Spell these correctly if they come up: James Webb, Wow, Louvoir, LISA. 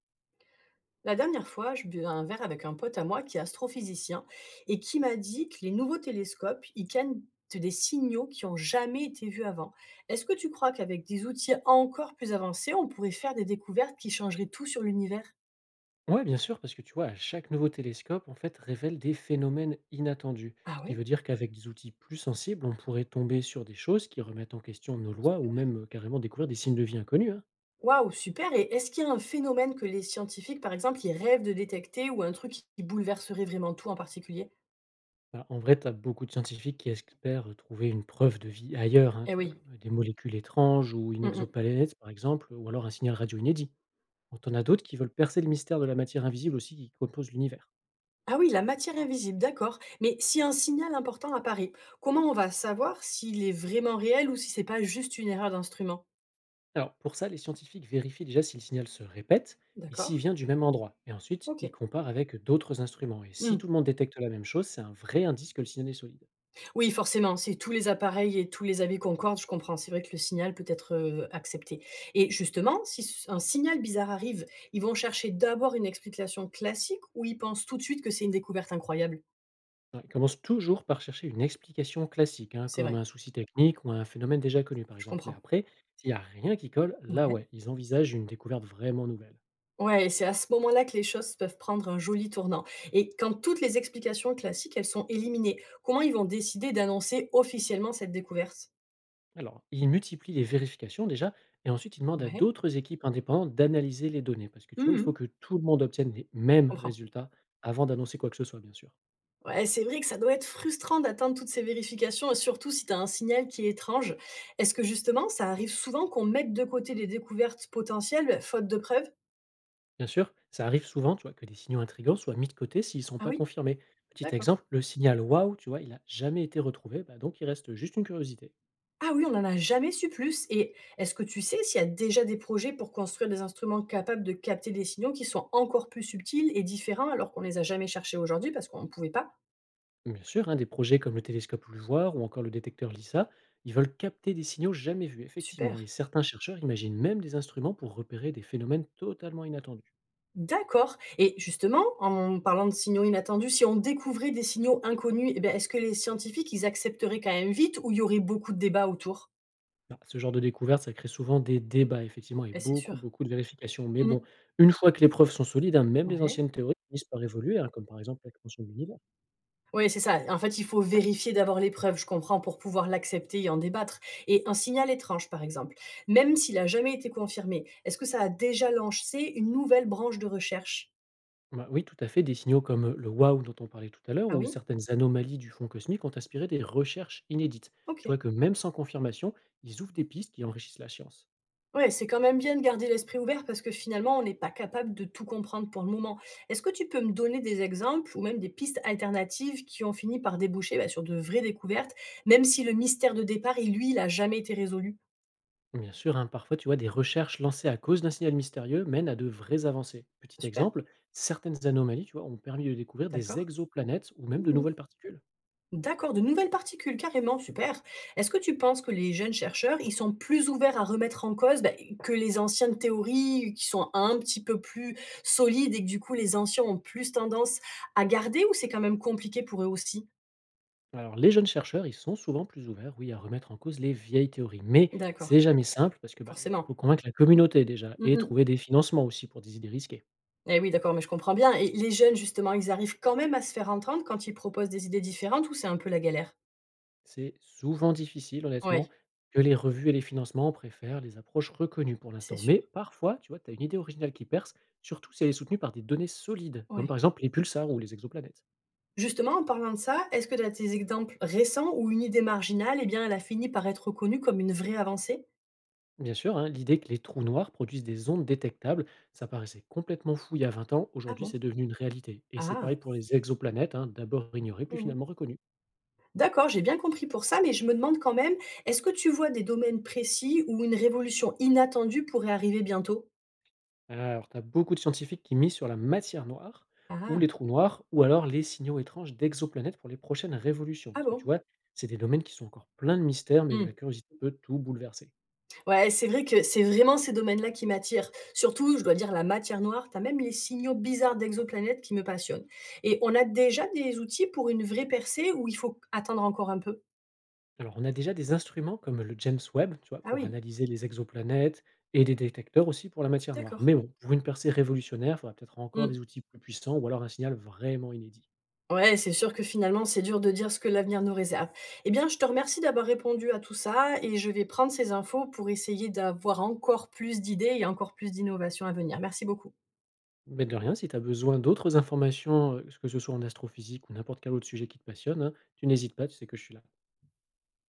La dernière fois, je buvais un verre avec un pote à moi qui est astrophysicien et qui m'a dit que les nouveaux télescopes, ils cannent des signaux qui ont jamais été vus avant. Est-ce que tu crois qu'avec des outils encore plus avancés, on pourrait faire des découvertes qui changeraient tout sur l'univers? Ouais, bien sûr, parce que tu vois, à chaque nouveau télescope, en fait, révèle des phénomènes inattendus. Ah Ce qui veut oui. dire qu'avec des outils plus sensibles, on pourrait tomber sur des choses qui remettent en question nos lois ou même carrément découvrir des signes de vie inconnus, hein. Waouh, super! Et est-ce qu'il y a un phénomène que les scientifiques, par exemple, ils rêvent de détecter ou un truc qui bouleverserait vraiment tout en particulier? Voilà, en vrai, tu as beaucoup de scientifiques qui espèrent trouver une preuve de vie ailleurs, hein, Eh tu vois, oui. comme des molécules étranges ou une Mm, mm. exoplanète, par exemple, ou alors un signal radio inédit. Bon, t'en as d'autres qui veulent percer le mystère de la matière invisible aussi qui compose l'univers. Ah oui, la matière invisible, d'accord. Mais si un signal important apparaît, comment on va savoir s'il est vraiment réel ou si c'est pas juste une erreur d'instrument? Alors, pour ça, les scientifiques vérifient déjà si le signal se répète et D'accord? s'il vient du même endroit. Et ensuite, Ok. ils comparent avec d'autres instruments. Et si Hmm. tout le monde détecte la même chose, c'est un vrai indice que le signal est solide. Oui, forcément, c'est tous les appareils et tous les avis concordent, je comprends. C'est vrai que le signal peut être accepté. Et justement, si s- un signal bizarre arrive, ils vont chercher d'abord une explication classique ou ils pensent tout de suite que c'est une découverte incroyable? Alors, ils commencent toujours par chercher une explication classique, hein, C'est comme vrai, un souci technique ou un phénomène déjà connu, par je exemple. Mais comprends. après, s'il n'y a rien qui colle, là, Ouais. ouais, ils envisagent une découverte vraiment nouvelle. Ouais, et c'est à ce moment-là que les choses peuvent prendre un joli tournant. Et quand toutes les explications classiques, elles sont éliminées, comment ils vont décider d'annoncer officiellement cette découverte? Alors, ils multiplient les vérifications déjà, et ensuite, ils demandent à Ouais. d'autres équipes indépendantes d'analyser les données. Parce que tu vois, il faut Mmh. que tout le monde obtienne les Je mêmes comprends. résultats avant d'annoncer quoi que ce soit, bien sûr. Ouais, c'est vrai que ça doit être frustrant d'attendre toutes ces vérifications et surtout si tu as un signal qui est étrange. Est-ce que justement, ça arrive souvent qu'on mette de côté les découvertes potentielles, faute de preuves? Bien sûr, ça arrive souvent, tu vois, que des signaux intrigants soient mis de côté s'ils ne sont Ah pas oui? confirmés. Petit D'accord. exemple, le signal Wow, tu vois, il n'a jamais été retrouvé, bah donc il reste juste une curiosité. Ah oui, on n'en a jamais su plus. Et est-ce que tu sais s'il y a déjà des projets pour construire des instruments capables de capter des signaux qui sont encore plus subtils et différents alors qu'on les a jamais cherchés aujourd'hui parce qu'on ne pouvait pas? Bien sûr, hein, des projets comme le télescope Louvoir ou encore le détecteur LISA, ils veulent capter des signaux jamais vus, effectivement, Super. et certains chercheurs imaginent même des instruments pour repérer des phénomènes totalement inattendus. D'accord. Et justement, en parlant de signaux inattendus, si on découvrait des signaux inconnus, eh ben, est-ce que les scientifiques, ils accepteraient quand même vite ou il y aurait beaucoup de débats autour? Bah, ce genre de découverte, ça crée souvent des débats, effectivement, et Eh, c'est beaucoup, sûr. beaucoup de vérifications. Mais Mm. bon, une fois que les preuves sont solides, hein, même les Ouais. anciennes théories finissent par évoluer, hein, comme par exemple l'expansion de l'univers. Oui, c'est ça. En fait, il faut vérifier d'abord les preuves, je comprends, pour pouvoir l'accepter et en débattre. Et un signal étrange, par exemple, même s'il a jamais été confirmé, est-ce que ça a déjà lancé une nouvelle branche de recherche? Bah, oui, tout à fait. Des signaux comme le Wow dont on parlait tout à l'heure Ah ou oui? certaines anomalies du fond cosmique ont inspiré des recherches inédites. Tu OK. vois que même sans confirmation, ils ouvrent des pistes qui enrichissent la science. Ouais, c'est quand même bien de garder l'esprit ouvert parce que finalement, on n'est pas capable de tout comprendre pour le moment. Est-ce que tu peux me donner des exemples ou même des pistes alternatives qui ont fini par déboucher bah, sur de vraies découvertes, même si le mystère de départ, il, lui, il n'a jamais été résolu? Bien sûr, hein, parfois, tu vois, des recherches lancées à cause d'un signal mystérieux mènent à de vraies avancées. Petit Super, exemple, certaines anomalies, tu vois, ont permis de découvrir des d'accord. exoplanètes ou même de Mhm. nouvelles particules. D'accord, de nouvelles particules, carrément, super. Est-ce que tu penses que les jeunes chercheurs, ils sont plus ouverts à remettre en cause bah, que les anciennes théories qui sont un petit peu plus solides et que du coup les anciens ont plus tendance à garder ou c'est quand même compliqué pour eux aussi? Alors, les jeunes chercheurs, ils sont souvent plus ouverts, oui, à remettre en cause les vieilles théories. Mais D'accord, c'est jamais simple parce que bah, il forcément. faut convaincre la communauté déjà Mmh et mh. trouver des financements aussi pour des idées risquées. Eh oui, d'accord, mais je comprends bien. Et les jeunes, justement, ils arrivent quand même à se faire entendre quand ils proposent des idées différentes ou c'est un peu la galère? C'est souvent difficile Oui, honnêtement, que les revues et les financements préfèrent les approches reconnues pour c'est l'instant. sûr. Mais parfois, tu vois, tu as une idée originale qui perce, surtout si elle est soutenue par des données solides, comme Oui. par exemple les pulsars ou les exoplanètes. Justement, en parlant de ça, est-ce que tu as des exemples récents où une idée marginale, eh bien, elle a fini par être reconnue comme une vraie avancée? Bien sûr, hein, l'idée que les trous noirs produisent des ondes détectables, ça paraissait complètement fou il y a 20 ans, Ah aujourd'hui bon? c'est devenu une réalité. Et c'est Ah! pareil pour les exoplanètes, hein, d'abord ignorées, puis Mmh. finalement reconnues. D'accord, j'ai bien compris pour ça, mais je me demande quand même, est-ce que tu vois des domaines précis où une révolution inattendue pourrait arriver bientôt? Ah, alors, tu as beaucoup de scientifiques qui misent sur la matière noire ou Ah! les trous noirs ou alors les signaux étranges d'exoplanètes pour les prochaines révolutions. Ah Parce que tu bon? vois, c'est des domaines qui sont encore pleins de mystères, mais où Mmh. la curiosité peut tout bouleverser. Ouais, c'est vrai que c'est vraiment ces domaines-là qui m'attirent. Surtout, je dois dire la matière noire, t'as même les signaux bizarres d'exoplanètes qui me passionnent. Et on a déjà des outils pour une vraie percée ou il faut attendre encore un peu? Alors, on a déjà des instruments comme le James Webb, tu vois, Ah pour oui, analyser les exoplanètes et des détecteurs aussi pour la matière noire. d'accord. Mais bon, pour une percée révolutionnaire, il faudra peut-être encore Mmh. des outils plus puissants ou alors un signal vraiment inédit. Ouais, c'est sûr que finalement, c'est dur de dire ce que l'avenir nous réserve. Eh bien, je te remercie d'avoir répondu à tout ça et je vais prendre ces infos pour essayer d'avoir encore plus d'idées et encore plus d'innovations à venir. Merci beaucoup. Mais de rien, si tu as besoin d'autres informations, que ce soit en astrophysique ou n'importe quel autre sujet qui te passionne, hein, tu n'hésites pas, tu sais que je suis là.